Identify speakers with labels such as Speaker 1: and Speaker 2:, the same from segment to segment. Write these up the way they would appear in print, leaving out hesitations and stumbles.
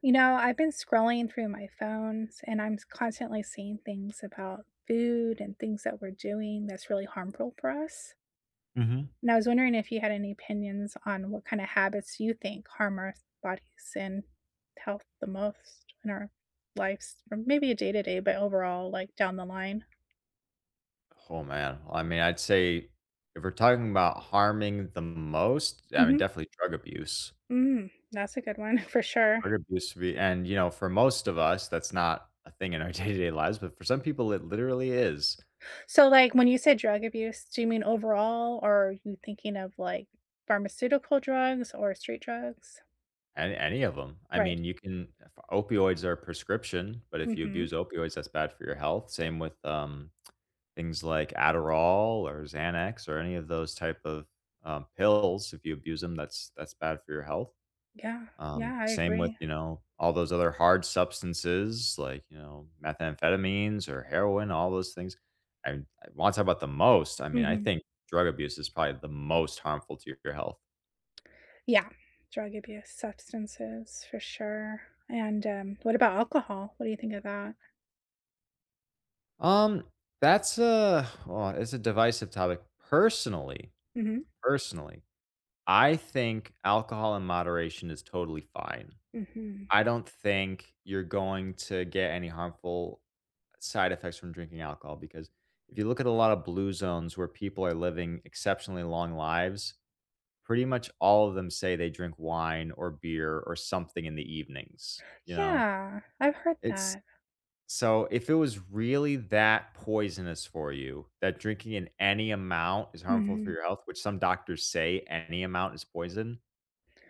Speaker 1: You know, I've been scrolling through my phones and I'm constantly seeing things about food and things that we're doing that's really harmful for us.
Speaker 2: Mhm.
Speaker 1: And I was wondering if you had any opinions on what kind of habits you think harm our bodies and health the most in our lives, from maybe a day to day, but overall, like down the line.
Speaker 2: Oh, man. I'd say if we're talking about harming the most,
Speaker 1: hmm
Speaker 2: definitely drug abuse.
Speaker 1: Mm, that's a good one for sure.
Speaker 2: Drug abuse would be and, for most of us, that's not a thing in our day-to-day lives, but for some people, it literally is.
Speaker 1: So, like when you say drug abuse, do you mean overall, or are you thinking of like pharmaceutical drugs or street drugs?
Speaker 2: And any of them. I
Speaker 1: Right.
Speaker 2: mean, you can if opioids are prescription, but if you
Speaker 1: Mhm.
Speaker 2: abuse opioids, that's bad for your health. Same with, things like Adderall or Xanax or any of those type of, pills. If you abuse them, that's bad for your health.
Speaker 1: Yeah. Yeah, I
Speaker 2: Same with,
Speaker 1: agree.
Speaker 2: all those other hard substances like, methamphetamines or heroin, all those things. I, I want to talk about the most. I mean, I
Speaker 1: Mhm.
Speaker 2: think drug abuse is probably the most harmful to your health.
Speaker 1: Yeah. Drug abuse, substances for sure. And, what about alcohol? What do you think of that?
Speaker 2: Um, that's a well, it's a divisive topic. Personally,
Speaker 1: Mhm.
Speaker 2: personally, I think alcohol in moderation is totally fine.
Speaker 1: Mhm.
Speaker 2: I don't think you're going to get any harmful side effects from drinking alcohol because if you look at a lot of blue zones where people are living exceptionally long lives, pretty much all of them say they drink wine or beer or something in the evenings, you know?
Speaker 1: Yeah, I've heard
Speaker 2: It's
Speaker 1: that.
Speaker 2: so if it was really that poisonous for you that drinking in any amount is harmful for
Speaker 1: Mhm.
Speaker 2: your health, which some doctors say any amount is poison,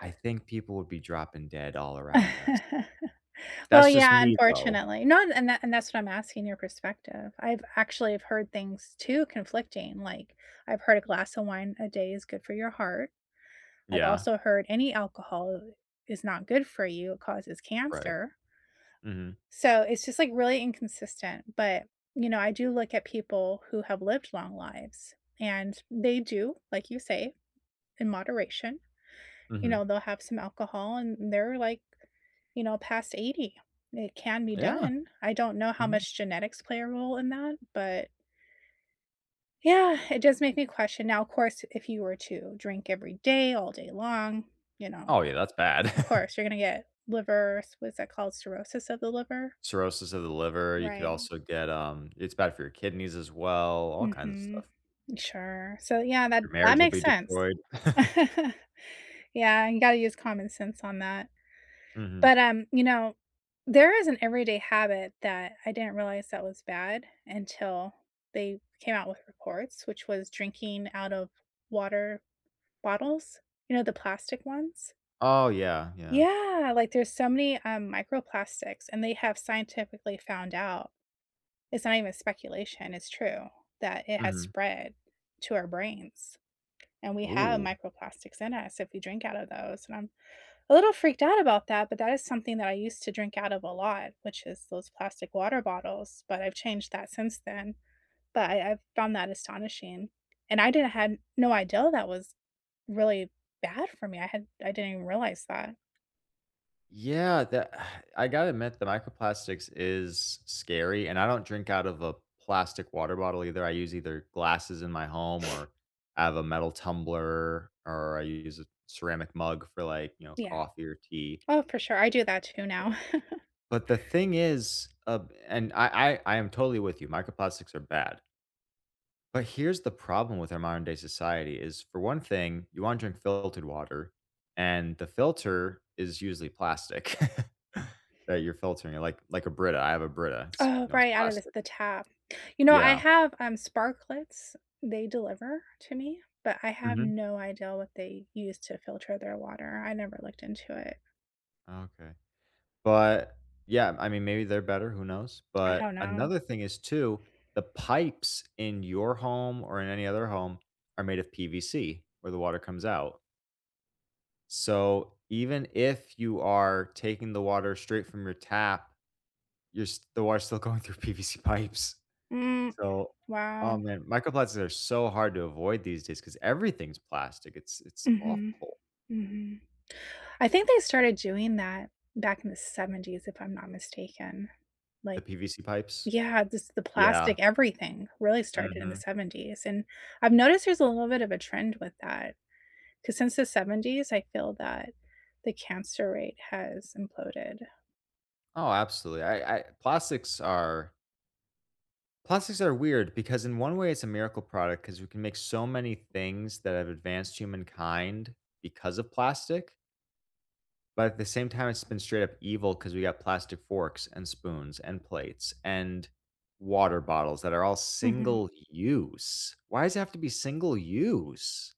Speaker 2: I think people would be dropping dead all around us.
Speaker 1: Well,
Speaker 2: That's just
Speaker 1: yeah,
Speaker 2: me though.
Speaker 1: unfortunately. No, and that and that's what I'm asking your perspective. I've actually have heard things too conflicting, like, I've heard a glass of wine a day is good for your heart. I've
Speaker 2: Yeah.
Speaker 1: also heard any alcohol is not good for you, it causes
Speaker 2: Right.
Speaker 1: cancer.
Speaker 2: Mhm.
Speaker 1: So, it's just, like, really inconsistent, but, you know, I do look at people who have lived long lives, and they do, like you say, in moderation. You
Speaker 2: Mhm.
Speaker 1: know, they'll have some alcohol, and they're, like, you know, past 80. It can be
Speaker 2: Yeah.
Speaker 1: done. I don't know how
Speaker 2: Mhm.
Speaker 1: much genetics play a role in that, but, yeah, it does make me question. Now, of course, if you were to drink every day, all day long, you know,
Speaker 2: Oh, yeah, that's bad.
Speaker 1: of course, you're gonna get liver what's that called? Cirrhosis of the liver?
Speaker 2: Cirrhosis of the liver, you could
Speaker 1: Right.
Speaker 2: also get, it's bad for your kidneys as well, all kinds of
Speaker 1: Mhm.
Speaker 2: stuff.
Speaker 1: Sure. So, yeah, that
Speaker 2: Your
Speaker 1: that
Speaker 2: marriage will
Speaker 1: makes
Speaker 2: be
Speaker 1: sense.
Speaker 2: destroyed.
Speaker 1: Yeah, you gotta use common sense on that.
Speaker 2: Mhm.
Speaker 1: But, you know, there is an everyday habit that I didn't realize that was bad until they came out with reports, which was drinking out of water bottles, you know, the plastic ones?
Speaker 2: Oh, yeah, yeah.
Speaker 1: Yeah, like, there's so many, microplastics, and they have scientifically found out it's not even speculation, it's true, that it has
Speaker 2: Mhm.
Speaker 1: spread to our brains. And we have
Speaker 2: Ooh.
Speaker 1: microplastics in us if we drink out of those, and I'm a little freaked out about that, but that is something that I used to drink out of a lot, which is those plastic water bottles, but I've changed that since then, but I've found that astonishing, and I didn't had no idea that was really bad for me, I didn't even realize that.
Speaker 2: Yeah, that I gotta admit the microplastics is scary, and I don't drink out of a plastic water bottle either, I use either glasses in my home or I have a metal tumbler, or I use a ceramic mug for, like, you know,
Speaker 1: Yeah.
Speaker 2: coffee or tea.
Speaker 1: Oh, for sure, I do that too now.
Speaker 2: But the thing is, and I am totally with you. Microplastics are bad. But here's the problem with our modern day society is for one thing, you want to drink filtered water, and the filter is usually plastic that you're filtering it like a Brita. I have a Brita. It's
Speaker 1: Oh,
Speaker 2: you know it's
Speaker 1: right, out of the
Speaker 2: plastic.
Speaker 1: the tap. You know, I
Speaker 2: Yeah.
Speaker 1: have, Sparklets, they deliver to me, but I have
Speaker 2: hmm
Speaker 1: no idea what they use to filter their water, I never looked into it.
Speaker 2: Okay. But yeah, I mean maybe they're better, who knows?
Speaker 1: I
Speaker 2: But
Speaker 1: don't know.
Speaker 2: another thing is too, the pipes in your home or in any other home are made of PVC where the water comes out. So even if you are taking the water straight from your tap, you're s the water's still going through PVC pipes.
Speaker 1: Mm,
Speaker 2: So, oh
Speaker 1: wow.
Speaker 2: man, microplastics are so hard to avoid these days because everything's plastic. It's
Speaker 1: Mhm,
Speaker 2: awful.
Speaker 1: mhm. I think they started doing that back in the '70s, if I'm not mistaken,
Speaker 2: The
Speaker 1: like
Speaker 2: PVC pipes.
Speaker 1: yeah, just the
Speaker 2: Yeah.
Speaker 1: plastic everything really started in the
Speaker 2: Mhm.
Speaker 1: '70s, and I've noticed there's a little bit of a trend with that. Because since the '70s, I feel that the cancer rate has imploded.
Speaker 2: Oh, absolutely. I plastics are Plastics are weird because in one way it's a miracle product because we can make so many things that have advanced humankind because of plastic. But at the same time it's been straight up evil because we got plastic forks and spoons and plates and water bottles that are all
Speaker 1: Mhm.
Speaker 2: single use. Why does it have to be single use?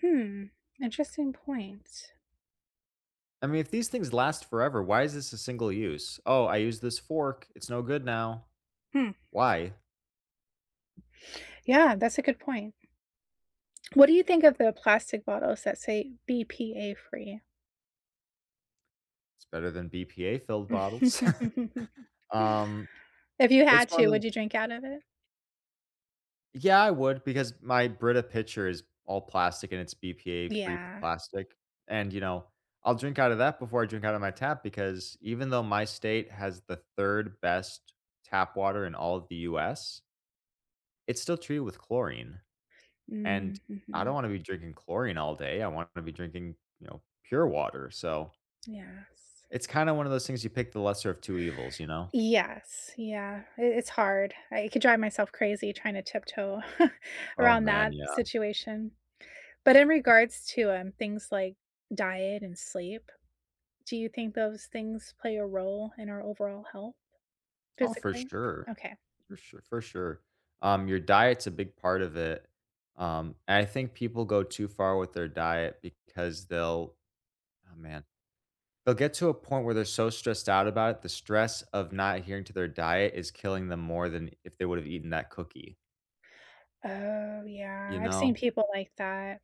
Speaker 1: Hmm, interesting point.
Speaker 2: I mean, if these things last forever, why is this a single use? Oh, I used this fork, it's no good now.
Speaker 1: Hmm.
Speaker 2: Why?
Speaker 1: Yeah, that's a good point. What do you think of the plastic bottles that say BPA free?
Speaker 2: It's better than BPA filled bottles. um
Speaker 1: If you
Speaker 2: it's
Speaker 1: had
Speaker 2: one
Speaker 1: to,
Speaker 2: of those
Speaker 1: would you drink out of it?
Speaker 2: Yeah, I would because my Brita pitcher is all plastic and it's BPA-free
Speaker 1: Yeah.
Speaker 2: plastic, and, you know, I'll drink out of that before I drink out of my tap because even though my state has the 3rd best tap water in all of the US, it's still treated with chlorine, and
Speaker 1: Mm,
Speaker 2: I don't
Speaker 1: mhm.
Speaker 2: wanna be drinking chlorine all day, I wanna be drinking, you know, pure water, so,
Speaker 1: Yes.
Speaker 2: it's kinda one of those things you pick the lesser of 2 evils, you know?
Speaker 1: Yes, yeah, it it's hard. I could drive myself crazy trying to tiptoe
Speaker 2: Oh,
Speaker 1: around
Speaker 2: man,
Speaker 1: that
Speaker 2: yeah.
Speaker 1: situation. But in regards to, things like diet and sleep, do you think those things play a role in our overall health
Speaker 2: Oh, for
Speaker 1: physically?
Speaker 2: sure.
Speaker 1: Okay.
Speaker 2: For sure. Your diet's a big part of it. And I think people go too far with their diet because oh man, they'll get to a point where they're so stressed out about it. The stress of not adhering to their diet is killing them more than if they would have eaten that cookie,
Speaker 1: Oh, yeah,
Speaker 2: you
Speaker 1: I've seen
Speaker 2: know?
Speaker 1: people like that.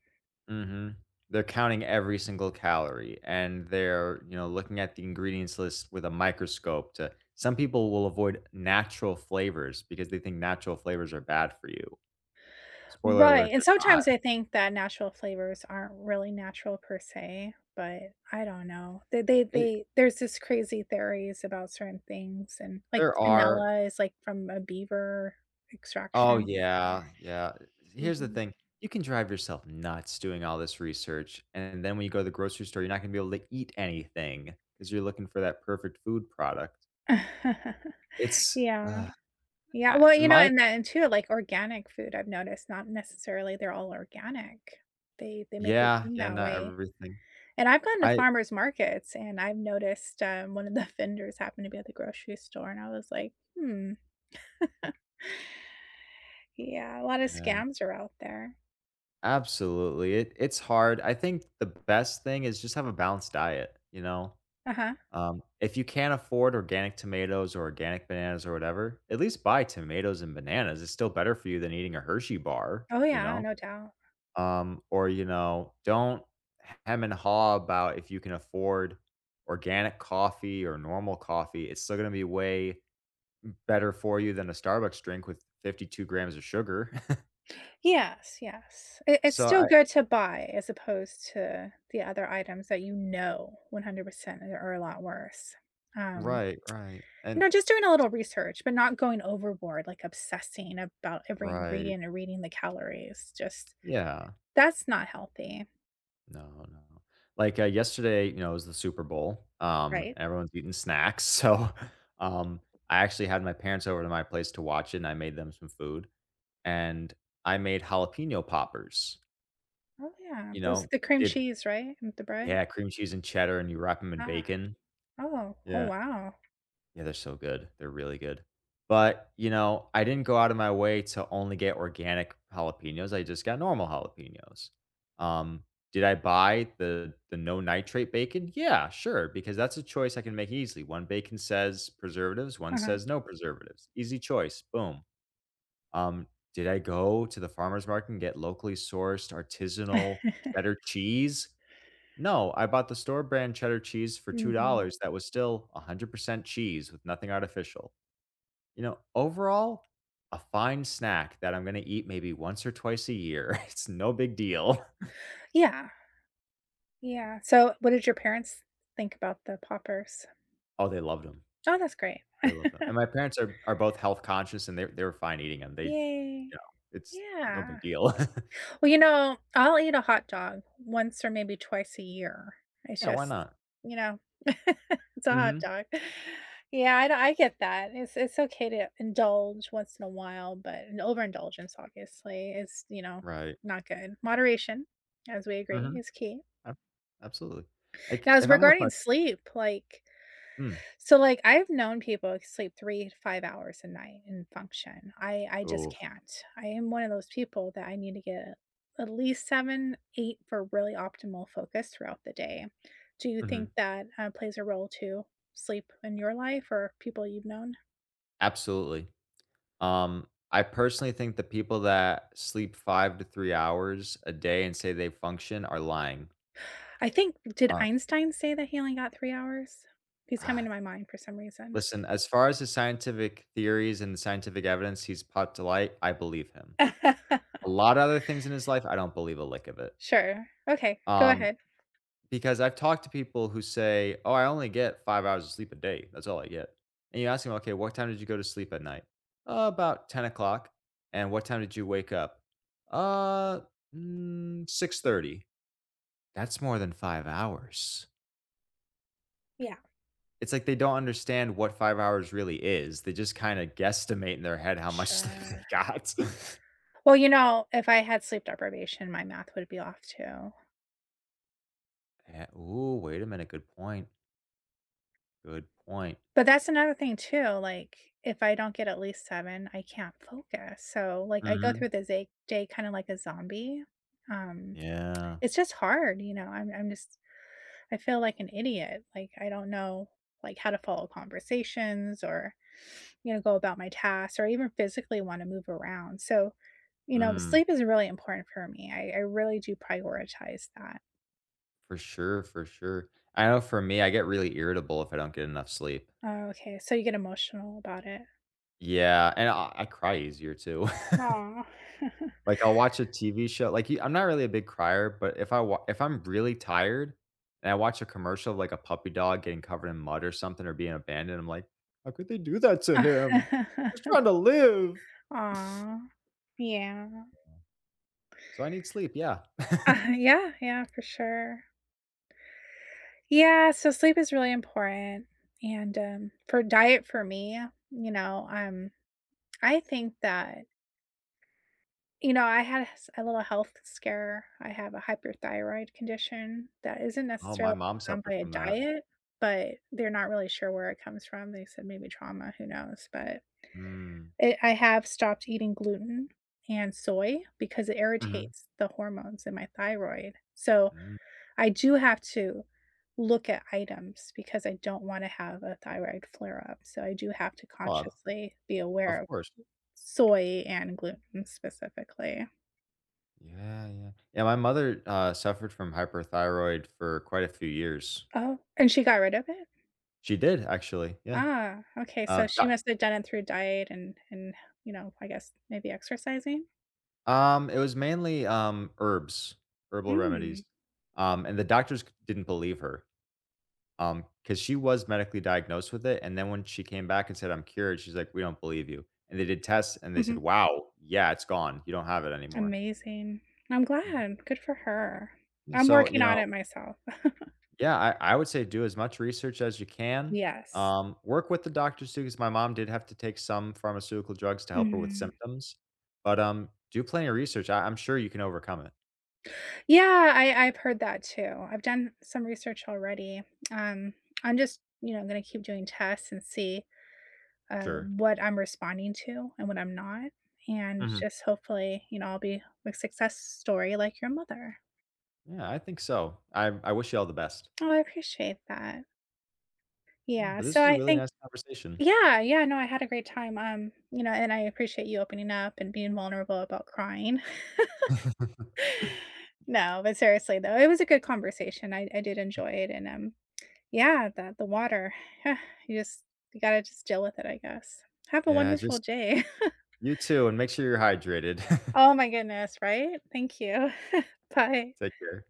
Speaker 2: Mm-hmm. They're counting every single calorie and they're, you know, looking at the ingredients list with a microscope to some people will avoid natural flavors because they think natural flavors are bad for you. Spoiler
Speaker 1: Right,
Speaker 2: alert,
Speaker 1: and
Speaker 2: they're not.
Speaker 1: sometimes I think that natural flavors aren't really natural per se, but I don't know. They they
Speaker 2: It
Speaker 1: they there's this crazy theories about certain things and, like,
Speaker 2: there are
Speaker 1: vanilla is, like, from a beaver
Speaker 2: Oh,
Speaker 1: extraction.
Speaker 2: yeah, yeah. Here's the
Speaker 1: Mhm.
Speaker 2: thing, you can drive yourself nuts doing all this research, and then when you go to the grocery store, you're not gonna be able to eat anything because 'cause you're looking for that perfect food product. It's
Speaker 1: Yeah. Yeah,
Speaker 2: I
Speaker 1: well, you know,
Speaker 2: my
Speaker 1: and then too, like, organic food I've noticed, not necessarily they're all organic. They make it
Speaker 2: Yeah,
Speaker 1: seem
Speaker 2: yeah,
Speaker 1: that
Speaker 2: not
Speaker 1: way,
Speaker 2: everything.
Speaker 1: and I've gone to
Speaker 2: I
Speaker 1: farmers markets, and I've noticed, one of the vendors happened to be at the grocery store, and I was like, "Hmm." Yeah, a lot of
Speaker 2: Yeah,
Speaker 1: scams are out there.
Speaker 2: absolutely. It it's hard. I think the best thing is just have a balanced diet, you know?
Speaker 1: Uh-huh.
Speaker 2: If you can't afford organic tomatoes or organic bananas or whatever, at least buy tomatoes and bananas. It's still better for you than eating a Hershey bar,
Speaker 1: Oh,
Speaker 2: you
Speaker 1: yeah,
Speaker 2: know?
Speaker 1: no doubt.
Speaker 2: Or, you know, don't hem and haw about if you can afford organic coffee or normal coffee. It's still going to be way better for you than a Starbucks drink with 52 grams of sugar.
Speaker 1: Yes, yes. It it's
Speaker 2: so
Speaker 1: still
Speaker 2: I,
Speaker 1: good to buy as opposed to the other items that you know 100% are a lot worse. Um,
Speaker 2: right, right.
Speaker 1: you know, just doing a little research, but not going overboard, like obsessing about every
Speaker 2: Right.
Speaker 1: ingredient and reading the calories, just
Speaker 2: Yeah.
Speaker 1: that's not healthy,
Speaker 2: No, no. Like, yesterday, you know, it was the Super Bowl,
Speaker 1: right?
Speaker 2: and everyone's eating snacks, so, um, I actually had my parents over to my place to watch it, and I made them some food, and I made jalapeno poppers,
Speaker 1: Oh, yeah,
Speaker 2: you
Speaker 1: those
Speaker 2: know?
Speaker 1: the cream
Speaker 2: Did
Speaker 1: cheese, right, and the bread?
Speaker 2: Yeah, cream cheese and cheddar, and you wrap them in
Speaker 1: Ah,
Speaker 2: bacon.
Speaker 1: oh, oh,
Speaker 2: Yeah.
Speaker 1: wow.
Speaker 2: Yeah, they're so good. They're really good. But, you know, I didn't go out of my way to only get organic jalapenos. I just got normal jalapenos. Um, did I buy the no nitrate bacon? Yeah, sure, because that's a choice I can make easily. One bacon says preservatives, one
Speaker 1: Uh-huh.
Speaker 2: says no preservatives. Easy choice. Boom. Um, did I go to the farmer's market and get locally sourced artisanal cheddar cheese? No, I bought the store brand cheddar cheese for
Speaker 1: Mhm.
Speaker 2: $2 that was still 100% cheese with nothing artificial. You know, overall, a fine snack that I'm going to eat maybe once or twice a year. It's no big deal.
Speaker 1: Yeah. Yeah, so what did your parents think about the poppers?
Speaker 2: Oh, they loved them.
Speaker 1: Oh, that's great.
Speaker 2: They loved them. And my parents are both health conscious and they were fine eating them.
Speaker 1: Yay.
Speaker 2: Know, it's no
Speaker 1: Yeah.
Speaker 2: big deal.
Speaker 1: Well, you know, I'll eat a hot dog once or maybe twice a year. It's
Speaker 2: Yeah, why
Speaker 1: just,
Speaker 2: not?
Speaker 1: you know, it's a hot
Speaker 2: Mhm.
Speaker 1: dog. Yeah, I get that. It's okay to indulge once in a while, but an overindulgence obviously is, you know,
Speaker 2: Right.
Speaker 1: not good. Moderation, as we agree,
Speaker 2: Mhm.
Speaker 1: is key.
Speaker 2: Absolutely. Like,
Speaker 1: Now as
Speaker 2: if I'm with my
Speaker 1: regarding sleep,
Speaker 2: Mm.
Speaker 1: so, like, I've known people who sleep 3 to 5 hours a night and function. I just
Speaker 2: Oof.
Speaker 1: can't. I am one of those people that I need to get at least 7, 8 for really optimal focus throughout the day. Do you think
Speaker 2: Mhm.
Speaker 1: that, plays a role to sleep in your life or people you've known?
Speaker 2: Absolutely. I personally think the people that sleep 5 to 3 hours a day and say they function are lying.
Speaker 1: I think did
Speaker 2: Uh,
Speaker 1: Einstein say that he only got 3 hours? He's coming
Speaker 2: ah,
Speaker 1: to my mind for some reason.
Speaker 2: Listen, as far as the scientific theories and the scientific evidence he's brought to light, I believe him. A lot of other things in his life, I don't believe a lick of it.
Speaker 1: Sure. Okay, go
Speaker 2: Um,
Speaker 1: ahead.
Speaker 2: because I've talked to people who say, "Oh, I only get 5 hours of sleep a day. That's all I get." And you ask them, "Okay, what time did you go to sleep at night?" About 10 o'clock." "And what time did you wake up?" "Uh, mm, 6:30." That's more than 5 hours.
Speaker 1: Yeah.
Speaker 2: It's like they don't understand what 5 hours really is. They just kinda guesstimate in their head how much sleep they
Speaker 1: Sure.
Speaker 2: got.
Speaker 1: Well, you know, if I had sleep deprivation, my math would be off too.
Speaker 2: Yeah, ooh, wait a minute, good point.
Speaker 1: But that's another thing too, like, if I don't get at least 7, I can't focus, so, like, I go
Speaker 2: Mhm.
Speaker 1: through the zay day kinda like a zombie. Um,
Speaker 2: Yeah.
Speaker 1: it's just hard, you know, I'm just I feel like an idiot, like, I don't know, like, how to follow conversations or, you know, go about my tasks or even physically wanna move around, so, you know,
Speaker 2: Mm,
Speaker 1: sleep is really important for me, I really do prioritize that.
Speaker 2: for sure. I know for me, I get really irritable if I don't get enough sleep.
Speaker 1: Oh, okay, so you get emotional about it.
Speaker 2: Yeah, and I cry easier too.
Speaker 1: Oh.
Speaker 2: Like, I'll watch a TV show like, you I'm not really a big crier, but if I'm really tired and I watch a commercial of, like, a puppy dog getting covered in mud or something or being abandoned, I'm like, "How could they do that to him? Just trying to live."
Speaker 1: Aw. Yeah.
Speaker 2: So I need sleep, yeah.
Speaker 1: Yeah, yeah, for sure. Yeah, so sleep is really important, and, for diet for me, you know, I think that you know, I had a little health scare. I have a hyperthyroid condition that isn't
Speaker 2: Oh, my
Speaker 1: necessarily
Speaker 2: mom
Speaker 1: found by
Speaker 2: suffered
Speaker 1: a
Speaker 2: from that.
Speaker 1: diet, but they're not really sure where it comes from. They said maybe trauma, who knows, but
Speaker 2: Mm.
Speaker 1: it I have stopped eating gluten and soy because it
Speaker 2: Mhm.
Speaker 1: irritates the hormones in my thyroid. So
Speaker 2: Mm.
Speaker 1: I do have to look at items because I don't wanna have a thyroid flare up, so I do have to
Speaker 2: Oh,
Speaker 1: consciously be aware
Speaker 2: of
Speaker 1: of
Speaker 2: course.
Speaker 1: soy and gluten specifically.
Speaker 2: Yeah, yeah. Yeah, my mother, suffered from hyperthyroid for quite a few years.
Speaker 1: Oh, and she got rid of it?
Speaker 2: She did, actually, yeah.
Speaker 1: Ah, okay, so
Speaker 2: Do
Speaker 1: she must have done it through diet and, you know, I guess maybe exercising?
Speaker 2: It was mainly, herbs, herbal
Speaker 1: Mm,
Speaker 2: remedies, and the doctors c didn't believe her. Because she was medically diagnosed with it, and then when she came back and said, "I'm cured," she's like, "We don't believe you," and they did tests, and they said,
Speaker 1: mhm,
Speaker 2: "Wow, yeah, it's gone. You don't have it anymore."
Speaker 1: amazing. I'm
Speaker 2: Mhm.
Speaker 1: glad, good for her.
Speaker 2: Yeah,
Speaker 1: I'm
Speaker 2: so,
Speaker 1: working on it myself.
Speaker 2: yeah, I would say do as much research as you can,
Speaker 1: Yes.
Speaker 2: work with the doctors too, because my mom did have to take some pharmaceutical drugs to help her with
Speaker 1: Mhm.
Speaker 2: symptoms, but, do plenty of research. I'm sure you can overcome it.
Speaker 1: Yeah, I've heard that too. I've done some research already. Um, I'm just, you know, gonna keep doing tests and see
Speaker 2: Sure.
Speaker 1: what I'm responding to and what I'm not. And
Speaker 2: Mhm.
Speaker 1: just hopefully, you know, I'll be a success story like your mother.
Speaker 2: Yeah, I think so. I wish you all the best.
Speaker 1: Oh, I appreciate that.
Speaker 2: Yeah,
Speaker 1: Yeah.
Speaker 2: but this
Speaker 1: So
Speaker 2: was a
Speaker 1: I
Speaker 2: really
Speaker 1: think,
Speaker 2: nice conversation.
Speaker 1: yeah, yeah, no, I had a great time. You know, and I appreciate you opening up and being vulnerable about crying. No, but seriously though, it was a good conversation. I did enjoy it and. Yeah, the water. You just you gotta just deal with it, I guess. Have a
Speaker 2: Yeah,
Speaker 1: wonderful
Speaker 2: just
Speaker 1: day.
Speaker 2: you too, and make sure you're hydrated.
Speaker 1: Oh my goodness, right? Thank you. Bye.
Speaker 2: Take care.